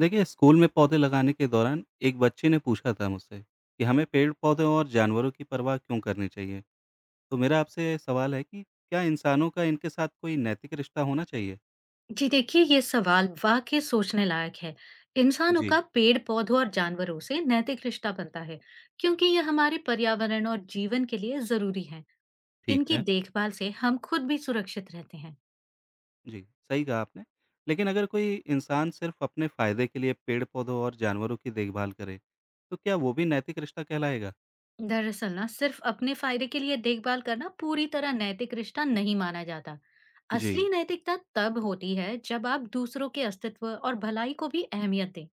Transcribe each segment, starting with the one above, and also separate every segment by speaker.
Speaker 1: देखिए, स्कूल में पौधे लगाने के दौरान एक बच्चे ने पूछा था मुझसे कि हमें पेड़-पौधों और जानवरों की परवाह क्यों करनी चाहिए? तो मेरा आपसे सवाल है कि क्या इंसानों का इनके साथ कोई नैतिक रिश्ता होना चाहिए?
Speaker 2: जी देखिए ये सवाल वाकई सोचने लायक है। इंसानों
Speaker 1: जी,
Speaker 2: का पेड़ पौधों और जानवरों से नैतिक रिश्ता बनता है, क्योंकि ये हमारे पर्यावरण और जीवन के लिए जरूरी है।
Speaker 1: ठीक
Speaker 2: इनकी
Speaker 1: है।
Speaker 2: देखभाल से हम खुद भी सुरक्षित रहते हैं।
Speaker 1: जी, सही कहा आपने। लेकिन अगर कोई इंसान सिर्फ अपने फ़ायदे के लिए पेड़-पौधों और जानवरों की देखभाल करे, तो क्या वो भी नैतिक रिश्ता कहलाएगा?
Speaker 2: दरअसल ना सिर्फ अपने फायदे के लिए देखभाल करना पूरी तरह नैतिक रिश्ता नहीं माना जाता।
Speaker 1: जी,
Speaker 2: असली नैतिकता तब होती है जब आप दूसरों के अस्तित्व और भलाई को भी अहमियत दें।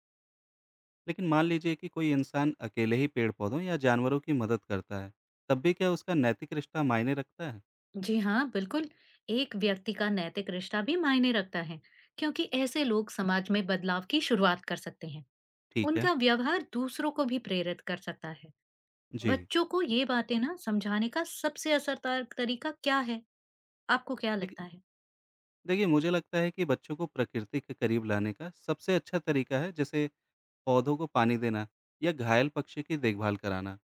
Speaker 1: लेकिन मान लीजिए कि कोई इंसान अकेले ही पेड़-पौधों या जानवरों की मदद करता है, तब भी क्या उसका नैतिक रिश्ता मायने रखता है?
Speaker 2: जी हाँ बिल्कुल। एक व्यक्ति का नैतिक रिश्ता भी मायने रखता है, क्योंकि ऐसे लोग समाज में बदलाव की शुरुआत कर सकते हैं।
Speaker 1: ठीक है।
Speaker 2: उनका व्यवहार दूसरों को भी प्रेरित कर सकता है।
Speaker 1: जी।
Speaker 2: बच्चों को ये बातें ना समझाने का सबसे असरदार तरीका क्या है? आपको क्या लगता है?
Speaker 1: देखिए मुझे लगता है कि बच्चों को प्रकृति के करीब लाने का सबसे अच्छा तरीका है जैसे पौधों को पानी देना या घायल पक्षी की देखभाल कराना।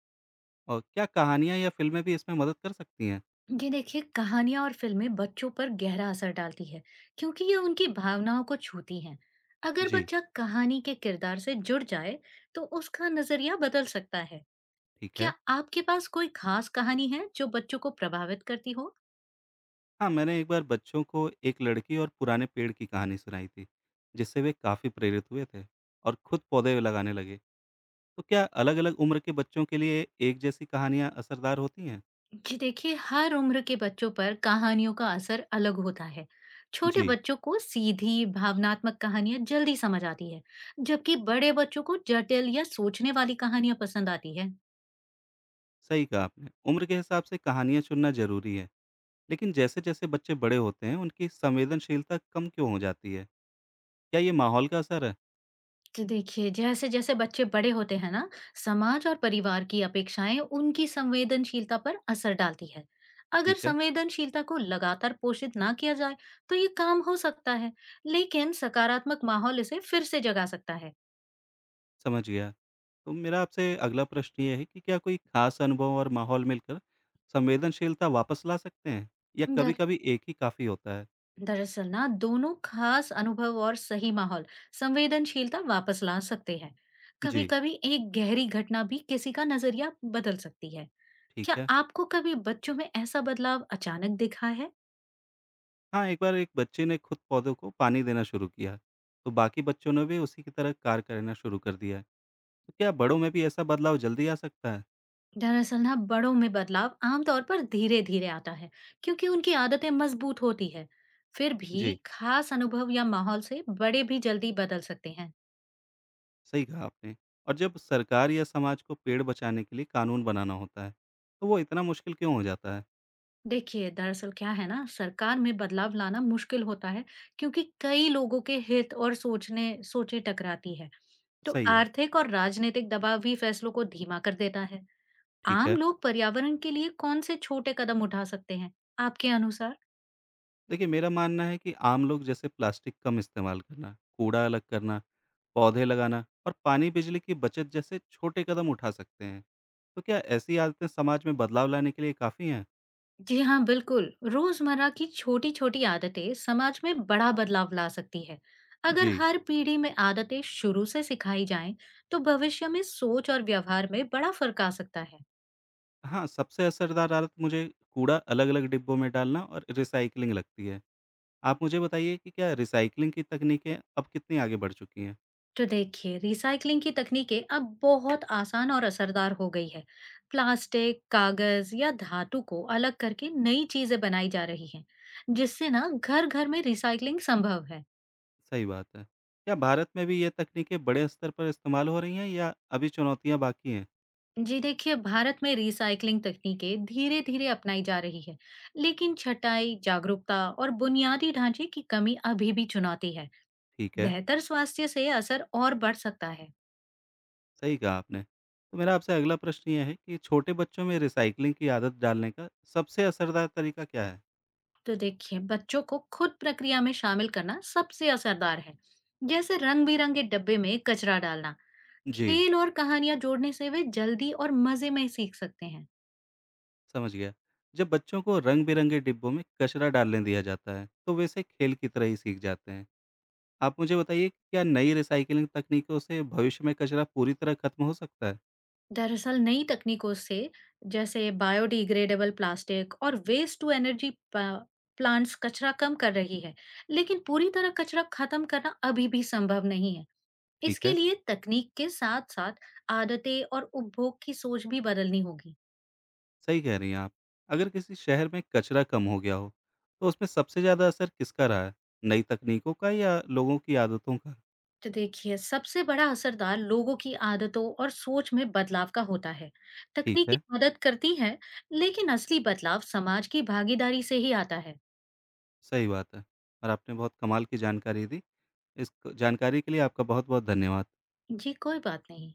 Speaker 1: और क्या कहानियाँ या फिल्में भी इसमें मदद कर सकती हैं?
Speaker 2: जी देखिए कहानियां और फिल्में बच्चों पर गहरा असर डालती है, क्योंकि ये उनकी भावनाओं को छूती हैं। अगर
Speaker 1: जी।
Speaker 2: बच्चा कहानी के किरदार से जुड़ जाए तो उसका नजरिया बदल सकता है।
Speaker 1: ठीक है।
Speaker 2: क्या आपके पास कोई खास कहानी है जो बच्चों को प्रभावित करती हो?
Speaker 1: हाँ, मैंने एक बार बच्चों को एक लड़की और पुराने पेड़ की कहानी सुनाई थी, जिससे वे काफ़ी प्रेरित हुए थे और खुद पौधे लगाने लगे। तो क्या अलग अलग उम्र के बच्चों के लिए एक जैसी कहानियाँ असरदार होती हैं?
Speaker 2: जी देखिए, हर उम्र के बच्चों पर कहानियों का असर अलग होता है। छोटे
Speaker 1: जी।
Speaker 2: बच्चों को सीधी भावनात्मक कहानियां जल्दी समझ आती है, जबकि बड़े बच्चों को जटिल या सोचने वाली कहानियां पसंद आती है।
Speaker 1: सही कहा आपने, उम्र के हिसाब से कहानियाँ चुनना जरूरी है। लेकिन जैसे-जैसे बच्चे बड़े होते हैं, उनकी संवेदनशीलता कम क्यों हो जाती है? क्या ये माहौल का असर है?
Speaker 2: तो देखिए जैसे जैसे बच्चे बड़े होते हैं ना, समाज और परिवार की अपेक्षाएं उनकी संवेदनशीलता पर असर डालती है। अगर
Speaker 1: ठीक है,
Speaker 2: संवेदनशीलता को लगातार पोषित ना किया जाए तो ये काम हो सकता है, लेकिन सकारात्मक माहौल इसे फिर से जगा सकता है।
Speaker 1: समझ गया। तो मेरा आपसे अगला प्रश्न ये है कि क्या कोई खास अनुभव और माहौल मिलकर संवेदनशीलता वापस ला सकते हैं या
Speaker 2: दर
Speaker 1: कभी-कभी एक ही काफ़ी होता है?
Speaker 2: दरअसल ना दोनों खास अनुभव और सही माहौल संवेदनशीलता वापस ला सकते हैं। कभी
Speaker 1: जी,
Speaker 2: कभी एक गहरी घटना भी किसी का नजरिया बदल सकती है। क्या
Speaker 1: ठीक है।
Speaker 2: आपको कभी बच्चों में ऐसा बदलाव अचानक दिखा है?
Speaker 1: हाँ, एक बार एक बच्चे ने खुद पौधों को पानी देना शुरू किया, तो बाकी बच्चों ने भी उसी की तरह कार्य करना शुरू कर दिया। तो क्या बड़ों में भी ऐसा बदलाव जल्दी आ सकता है?
Speaker 2: दरअसल ना बड़ों में बदलाव आमतौर पर धीरे धीरे आता है, क्योंकि उनकी आदतें मजबूत होती है। फिर भी
Speaker 1: जी।
Speaker 2: खास अनुभव या माहौल से बड़े भी जल्दी बदल सकते हैं।
Speaker 1: सही कहा आपने। और जब सरकार या समाज को पेड़ बचाने के लिए कानून बनाना होता है, तो वो इतना मुश्किल क्यों हो जाता है?
Speaker 2: देखिए दरअसल क्या है ना सरकार में बदलाव लाना मुश्किल होता है, क्योंकि कई लोगों के हित और सोचने सोचे टकराती है। तो
Speaker 1: सही है,
Speaker 2: आर्थिक और राजनीतिक दबाव भी फैसलों को धीमा कर देता है।
Speaker 1: ठीक
Speaker 2: आम
Speaker 1: है।
Speaker 2: लोग पर्यावरण के लिए कौन से छोटे कदम उठा सकते हैं? आपके अनुसार?
Speaker 1: देखिए मेरा मानना है कि आम लोग जैसे प्लास्टिक कम इस्तेमाल करना, कूड़ा अलग करना, पौधे लगाना और पानी बिजली की बचत जैसे छोटे कदम उठा सकते हैं। तो क्या ऐसी आदतें समाज में बदलाव लाने के लिए काफ़ी हैं?
Speaker 2: जी हाँ, बिल्कुल। रोज़मर्रा की छोटी-छोटी आदतें समाज में बड़ा बदलाव ला सकती है। अगर
Speaker 1: जी।
Speaker 2: हर पीढ़ी में आदतें शुरू से सिखाई जाएं, तो भविष्य में सोच और व्यवहार में बड़ा फ़र्क आ सकता है।
Speaker 1: हाँ, सबसे असरदार आदत मुझे कूड़ा अलग-अलग डिब्बों में डालना और रिसाइक्लिंग लगती है। आप मुझे बताइए कि क्या रिसाइक्लिंग की तकनीकें अब कितनी आगे बढ़ चुकी हैं?
Speaker 2: तो देखिए, रिसाइकलिंग की तकनीकें अब बहुत आसान और असरदार हो गई है। प्लास्टिक, कागज़ या धातु को अलग करके नई चीज़ें बनाई जा रही हैं, जिससे ना घर-घर में रिसाइकलिंग संभव है।
Speaker 1: सही बात है। क्या भारत में भी ये तकनीकें बड़े स्तर पर इस्तेमाल हो रही हैं या अभी चुनौतियाँ बाकी हैं?
Speaker 2: जी देखिए भारत में रिसाइकलिंग तकनीकें धीरे धीरे अपनाई जा रही है, लेकिन छटाई जागरूकता और बुनियादी ढांचे की कमी अभी भी चुनौती है।
Speaker 1: ठीक है,
Speaker 2: बेहतर स्वास्थ्य से असर और बढ़ सकता है।
Speaker 1: सही कहा आपने। तो मेरा आपसे अगला प्रश्न ये है कि छोटे बच्चों में रिसाइक्लिंग की आदत डालने का सबसे असरदार तरीका क्या है?
Speaker 2: तो देखिए बच्चों को खुद प्रक्रिया में शामिल करना सबसे असरदार है, जैसे रंग बिरंगे डब्बे में कचरा डालना।
Speaker 1: जी,
Speaker 2: खेल और कहानियां जोड़ने से वे जल्दी और मजे में सीख सकते हैं।
Speaker 1: समझ गया। जब बच्चों को रंग-बिरंगे डिब्बों में कचरा डालने दिया जाता है, तो वे इसे खेल की तरह ही सीख जाते हैं। आप मुझे बताइए कि क्या नई रिसाइक्लिंग तकनीकों से भविष्य में कचरा पूरी तरह खत्म हो सकता है?
Speaker 2: दरअसल नई तकनीकों से, जैसे बायोडिग्रेडेबल प्लास्टिक और वेस्ट टू एनर्जी प्लांट्स कचरा कम कर रही है, लेकिन पूरी तरह कचरा खत्म करना अभी भी संभव नहीं है।
Speaker 1: ठीक
Speaker 2: इसके
Speaker 1: है।
Speaker 2: लिए तकनीक के साथ साथ आदतें और उपभोग की सोच भी बदलनी होगी।
Speaker 1: सही कह रही हैं आप। अगर किसी शहर में कचरा कम हो गया हो, तो उसमें सबसे ज़्यादा असर किसका रहा है? नई तकनीकों का या लोगों की आदतों का?
Speaker 2: तो देखिए सबसे बड़ा असरदार लोगों की आदतों और सोच में बदलाव का होता है।
Speaker 1: ठीक
Speaker 2: तकनीकी
Speaker 1: है,
Speaker 2: मदद करती है, लेकिन असली बदलाव समाज की भागीदारी से ही आता है।
Speaker 1: सही बात है। और आपने बहुत कमाल की जानकारी दी। इस क जानकारी के लिए आपका बहुत-बहुत धन्यवाद।
Speaker 2: जी कोई बात नहीं।